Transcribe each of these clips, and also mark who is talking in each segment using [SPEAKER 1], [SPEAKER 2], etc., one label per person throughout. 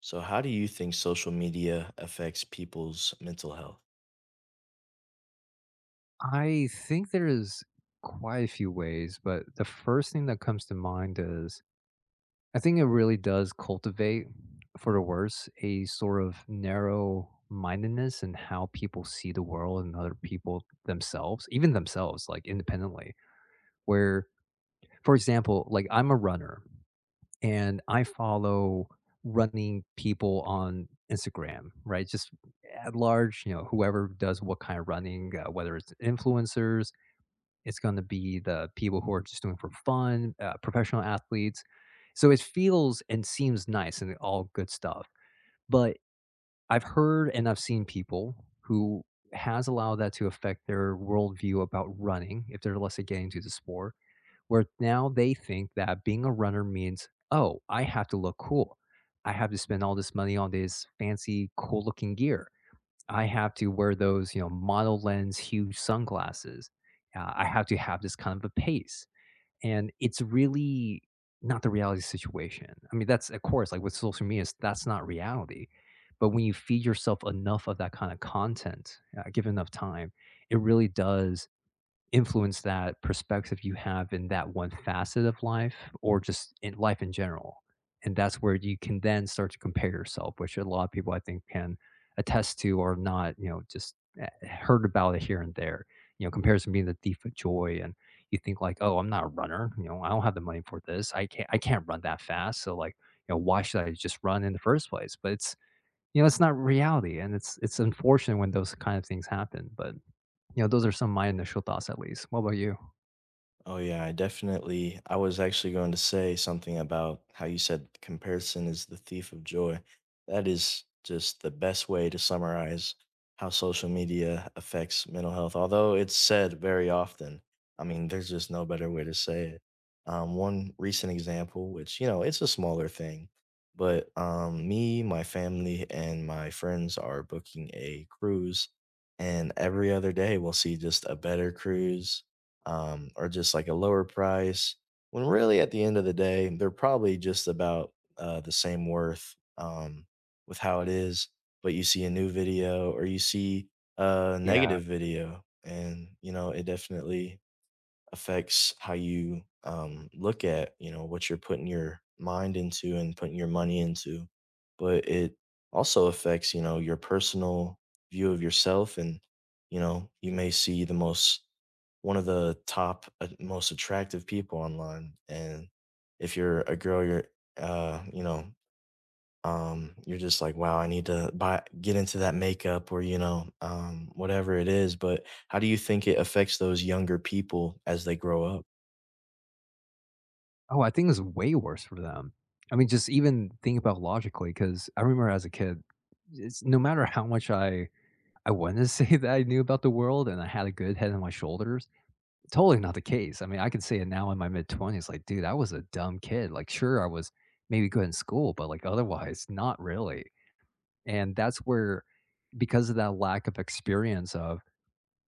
[SPEAKER 1] So, how do you think social media affects people's mental health?
[SPEAKER 2] I think there is quite a few ways, but the first thing that comes to mind is I think it really does cultivate, for the worse, a sort of narrow mindedness in how people see the world and other people themselves, even themselves, like independently. Where, for example, like I'm a runner and I follow running people on Instagram, right? Just at large, you know, whoever does what kind of running, whether it's influencers, it's going to be the people who are just doing it for fun, professional athletes. So it feels and seems nice and all good stuff. But I've heard and I've seen people who has allowed that to affect their worldview about running if they're, let's say, getting into the sport, where now they think that being a runner means, oh, I have to look cool. I have to spend all this money on this fancy, cool looking gear. I have to wear those, you know, mono lens, huge sunglasses. I have to have this kind of a pace. And it's really not the reality situation. I mean, that's, of course, like with social media, that's not reality. But when you feed yourself enough of that kind of content, given enough time, it really does influence that perspective you have in that one facet of life or just in life in general. And that's where you can then start to compare yourself, which a lot of people I think can attest to or not, you know, just heard about it here and there. You know, comparison being the thief of joy. And you think like, oh, I'm not a runner, you know, I don't have the money for this. I can't run that fast. So, like, you know, why should I just run in the first place? But it's not reality, and it's unfortunate when those kind of things happen. But, you know, those are some of my initial thoughts at least. What about you?
[SPEAKER 1] Oh yeah, I definitely. I was actually going to say something about how you said comparison is the thief of joy. That is just the best way to summarize how social media affects mental health. Although it's said very often, I mean, there's just no better way to say it. One recent example, which you know, it's a smaller thing, but me, my family, and my friends are booking a cruise, and every other day we'll see just a better cruise or just like a lower price. When really at the end of the day, they're probably just about the same worth with how it is. But you see a new video or you see a
[SPEAKER 2] Yeah.
[SPEAKER 1] negative video, and you know it definitely affects how you look at you know what you're putting your mind into and putting your money into. But it also affects you know your personal view of yourself, and you know you may see the most one of the top, most attractive people online, and if you're a girl, you're, you know, you're just like, "Wow, I need to buy get into that makeup," or, you know, whatever it is, but how do you think it affects those younger people as they grow up?
[SPEAKER 2] Oh, I think it's way worse for them. I mean, just even think about logically, because I remember as a kid, it's no matter how much I wanted to say that I knew about the world and I had a good head on my shoulders, totally not the case. I mean, I can say it now in my mid twenties, like, dude, I was a dumb kid. Like, sure, I was maybe good in school, but, like, otherwise, not really. And that's where, because of that lack of experience of,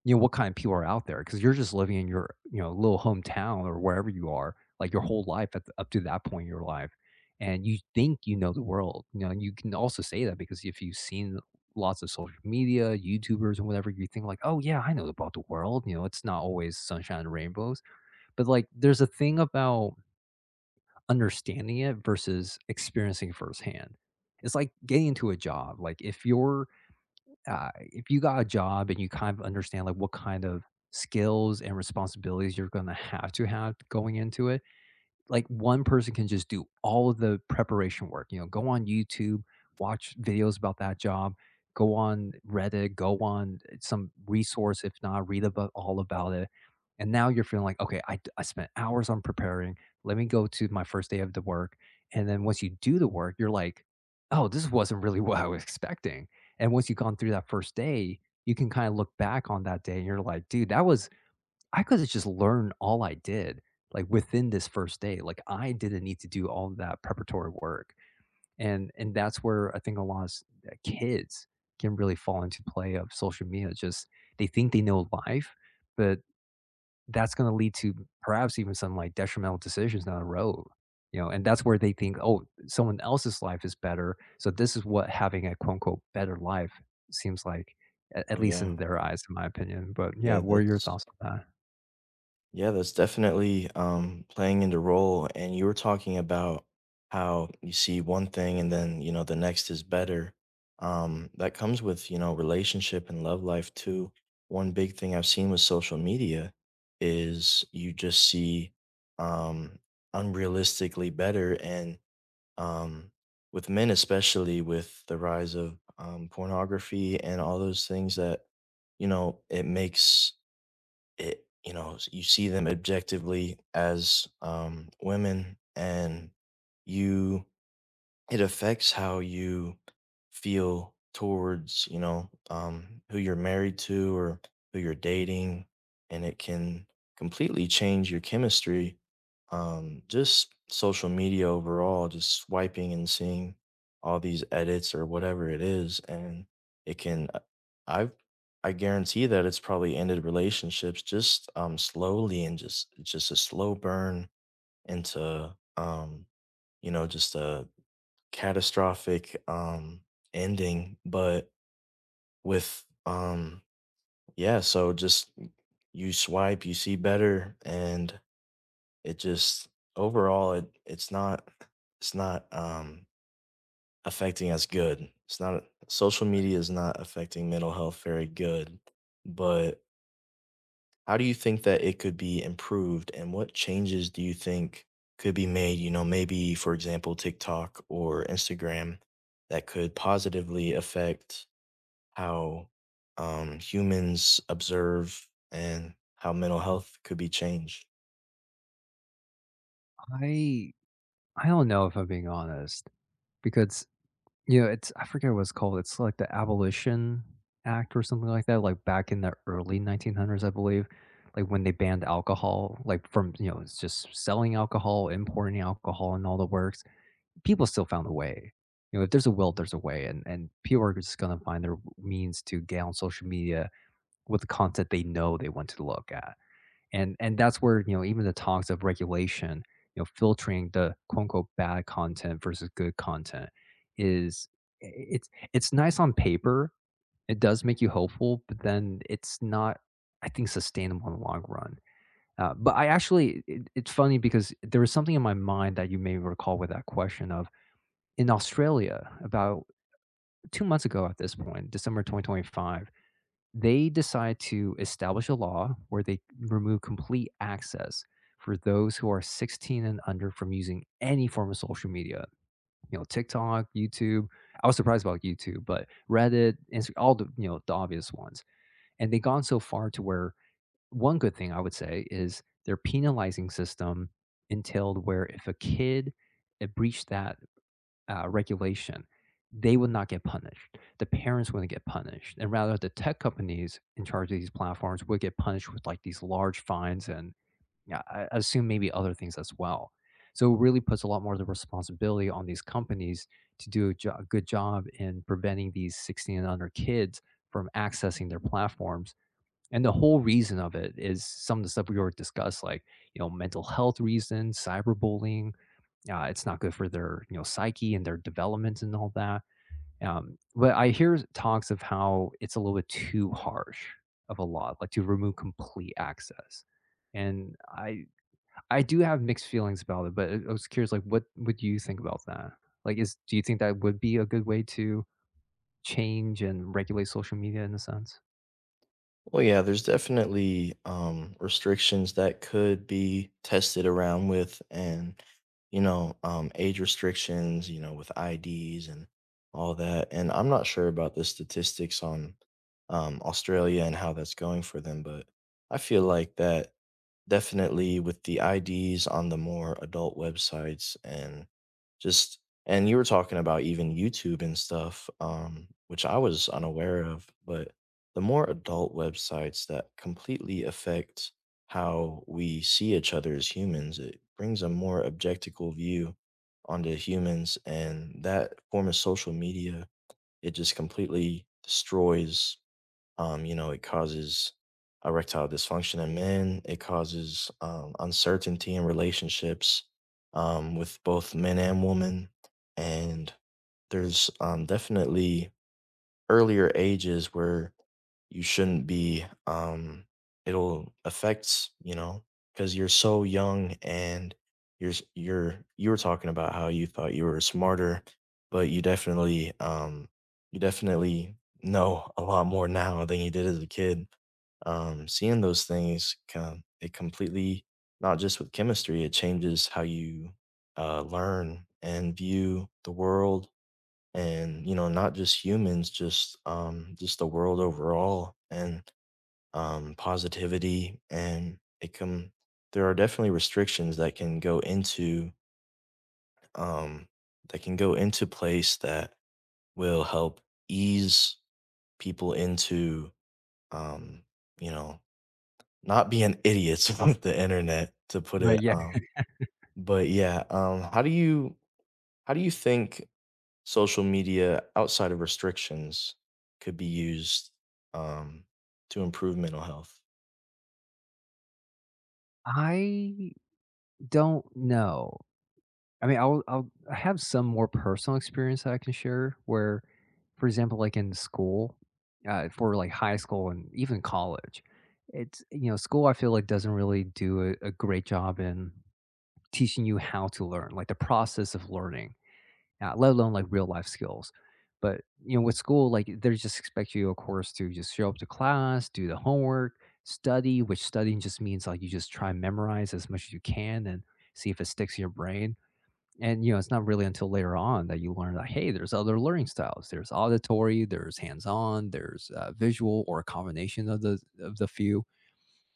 [SPEAKER 2] you know, what kind of people are out there, because 'cause you're just living in your, you know, little hometown or wherever you are, like, your whole life up to that point in your life, and you think you know the world, you know. And you can also say that because if you've seen lots of social media, YouTubers and whatever, you think like, "Oh, yeah, I know about the world," you know, it's not always sunshine and rainbows, but, like, there's a thing about understanding it versus experiencing firsthand. It's like getting into a job, like, if you got a job and you kind of understand like what kind of skills and responsibilities you're going to have going into it, like one person can just do all of the preparation work. You know, go on YouTube, watch videos about that job, go on Reddit, go on some resource, if not, read about all about it. And now you're feeling like, okay, I spent hours on preparing. Let me go to my first day of the work. And then once you do the work, you're like, oh, this wasn't really what I was expecting. And once you've gone through that first day, you can kind of look back on that day and you're like, dude, that was I coulda just learned all I did, like, within this first day. Like, I didn't need to do all that preparatory work, and that's where I think a lot of s kids can really fall into play of social media. Just they think they know life, but that's gonna lead to perhaps even some, like, detrimental decisions down the road, you know. And that's where they think, "Oh, someone else's life is better, so this is what having a quote, unquote better life' seems like," a
[SPEAKER 1] Oh,
[SPEAKER 2] at least in
[SPEAKER 1] yeah.
[SPEAKER 2] their eyes, in my opinion. But yeah,
[SPEAKER 1] Yeah,
[SPEAKER 2] what are your
[SPEAKER 1] that's
[SPEAKER 2] thoughts on that?
[SPEAKER 1] Yeah, that's definitely playing into role. And you were talking about how you see one thing, and then, you know, the next is better. That comes with, you know, relationship and love life too. One big thing I've seen with social media is you just see um, unrealistically better. And um, with men, especially with the rise of pornography and all those things that, you know, it makes it, you know, you see them objectively as women, and you it affects how you feel towards you know who you're married to or who you're dating, and it can completely change your chemistry, just social media overall just swiping and seeing all these edits or whatever it is, and it can I I guarantee that it's probably ended relationships just slowly, and just it's just a slow burn into you know just a catastrophic, ending, but with, yeah, so just you swipe, you see better, and it just overall, it's not it's not, affecting us good. It's not social media is not affecting mental health very good, but how do you think that it could be improved, and what changes do you think could be made, you know, maybe, for example, TikTok or Instagram that could positively affect how humans observe and how mental health could be changed.
[SPEAKER 2] I I don't know if I'm being honest, because, you know, it's I forget what it's called. It's like the Abolition Act or something like that, like back in the early 1900s, I believe, like when they banned alcohol, like from, you know, it's just selling alcohol, importing alcohol and all the works. People still found a way. You know, if there's a will, there's a way. and people are just gonna find their means to get on social media with the content they know they want to look at. And that's where, you know, even the talks of regulation, you know, filtering the quote unquote bad content versus good content is it's nice on paper. It does make you hopeful, but then it's not, I think, sustainable in the long run. But I actually, it's funny, because there was something in my mind that you may recall with that question of, in Australia about 2 months ago at this point, December 2025, they decide to establish a law where they remove complete access for those who are 16 and under from using any form of social media, you know, TikTok, YouTube. I was surprised about YouTube, but Reddit, all the, you know, the obvious ones. And they've gone so far to where one good thing I would say is their penalizing system entailed where if a kid it breached that regulation, they would not get punished. The parents wouldn't get punished, and rather the tech companies in charge of these platforms would get punished with like these large fines and, yeah, I assume maybe other things as well. So it really puts a lot more of the responsibility on these companies to do a good job in preventing these 16 and under kids from accessing their platforms. And the whole reason of it is some of the stuff we already discussed, like, you know, mental health reasons, cyberbullying, it's not good for their, you know, psyche and their development and all that. But I hear talks of how it's a little bit too harsh of a law, like to remove complete access. And I do have mixed feelings about it, but I was curious, like, what would you think about that? Like, is do you think that would be a good way to change and regulate social media in a sense?
[SPEAKER 1] Well, yeah, there's definitely restrictions that could be tested around with, and you know, age restrictions, you know, with IDs and all that. And I'm not sure about the statistics on Australia and how that's going for them, but I feel like that definitely with the IDs on the more adult websites, and just and you were talking about even YouTube and stuff, which I was unaware of, but the more adult websites that completely affect how we see each other as humans, it brings a more objectical view onto humans. And that form of social media, it just completely destroys, you know, it causes erectile dysfunction in men, it causes uncertainty in relationships, with both men and women. And there's definitely earlier ages where you shouldn't be it'll affect you know because you're so young, and you're you were talking about how you thought you were smarter, but you definitely know a lot more now than you did as a kid, seeing those things come, it completely not just with chemistry, it changes how you learn and view the world, and you know not just humans, just the world overall, and positivity, and it can there are definitely restrictions that can go into um that can go into place that will help ease people into um you know not being idiots on the internet to put
[SPEAKER 2] Right.
[SPEAKER 1] it
[SPEAKER 2] Yeah.
[SPEAKER 1] but yeah, how do you think social media outside of restrictions could be used, um, to improve mental health.
[SPEAKER 2] I don't know. I mean, I have some more personal experience that I can share where, for example, like in school, for like high school and even college, it's, you know, school I feel like doesn't really do a great job in teaching you how to learn, like the process of learning, let alone like real life skills. But, you know, with school, like they just expect you, of course, to just show up to class, do the homework, study, which studying just means like you just try and memorize as much as you can and see if it sticks in your brain. And, you know, it's not really until later on that you learn that, hey, there's other learning styles. There's auditory, there's hands-on, there's visual, or a combination of the few.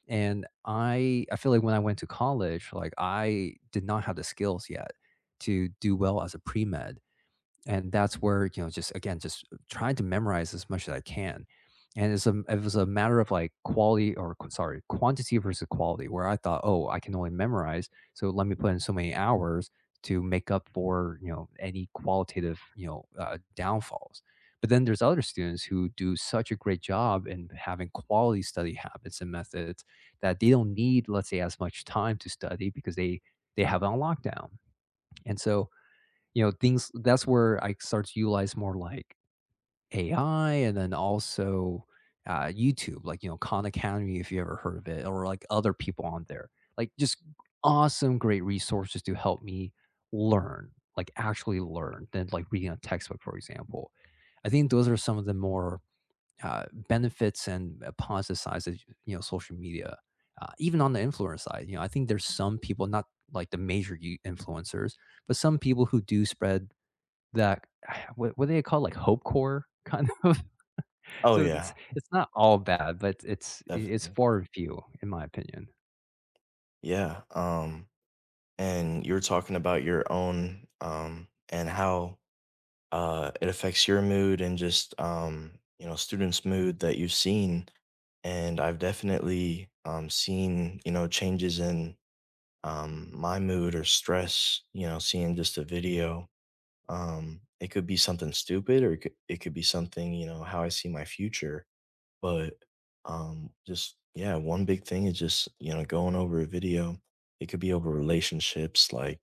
[SPEAKER 2] And I feel like when I went to college, like, I did not have the skills yet to do well as a pre-med. And that's where, you know, just again, just trying to memorize as much as I can. And it was a matter of like quality or sorry, quantity versus quality, where I thought, oh, I can only memorize. So let me put in so many hours to make up for, you know, any qualitative, you know, downfalls. But then there's other students who do such a great job in having quality study habits and methods that they don't need, let's say, as much time to study because they have it on lockdown. And so, you know, things that's where I start to utilize more like AI, and then also, YouTube, like, you know, Khan Academy, if you ever heard of it, or like other people on there. Like, just awesome, great resources to help me learn, like actually learn, than like reading a textbook, for example. I think those are some of the more, benefits and, positive sides of, you know, social media. Even on the influencer side, you know, I think there's some people, not like the major you influencers, but some people who do spread that what do they call, it, like, hope core kind of?
[SPEAKER 1] Oh
[SPEAKER 2] So it's
[SPEAKER 1] yeah,
[SPEAKER 2] it's not all bad, but it's
[SPEAKER 1] definitely.
[SPEAKER 2] far and few, in my opinion.
[SPEAKER 1] Yeah. And you were talking about your own and how it affects your mood, and just you know students' mood that you've seen. And I've definitely seen you know changes in my mood or stress. You know, seeing just a video it could be something stupid, or it could be something, you know, how I see my future. But just, yeah, one big thing is just, you know, going over a video. It could be over relationships, like,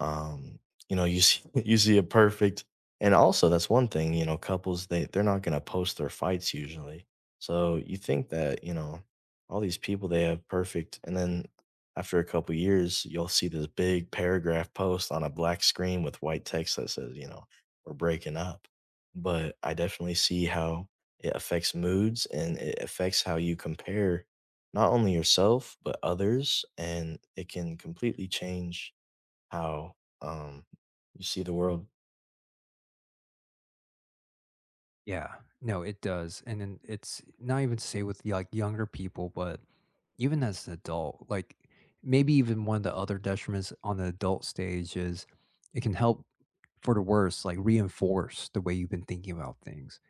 [SPEAKER 1] um you know you see you see a perfect, and also that's one thing, you know, couples they're not going to post their fights usually, so you think that you know all these people they have perfect, and then after a couple years you'll see this big paragraph post on a black screen with white text that says you know we're breaking up, but I definitely see how it affects moods, and it affects how you compare not only yourself but others, and it can completely change how, um, you see the world.
[SPEAKER 2] Yeah. No, it does. And then it's not even to say with, like, younger people, but even as an adult, like, maybe even one of the other detriments on the adult stage is it can help, for the worse, like, reinforce the way you've been thinking about things.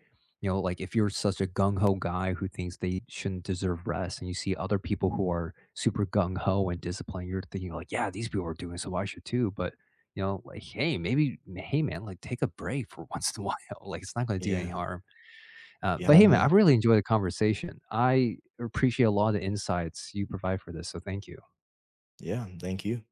[SPEAKER 2] You know, like if you're such a gung ho guy who thinks they shouldn't deserve rest, and you see other people who are super gung ho and disciplined, you're thinking like, yeah, these people are doing it, so I should too. But, you know, like, hey, maybe, hey, man, like take a break for once in a while. Like it's not going to do any
[SPEAKER 1] Yeah,
[SPEAKER 2] harm. But hey,
[SPEAKER 1] behind
[SPEAKER 2] man, I
[SPEAKER 1] the
[SPEAKER 2] really enjoyed the conversation. I appreciate a lot of the insights you provide for this, so thank you.
[SPEAKER 1] yeah, thank you.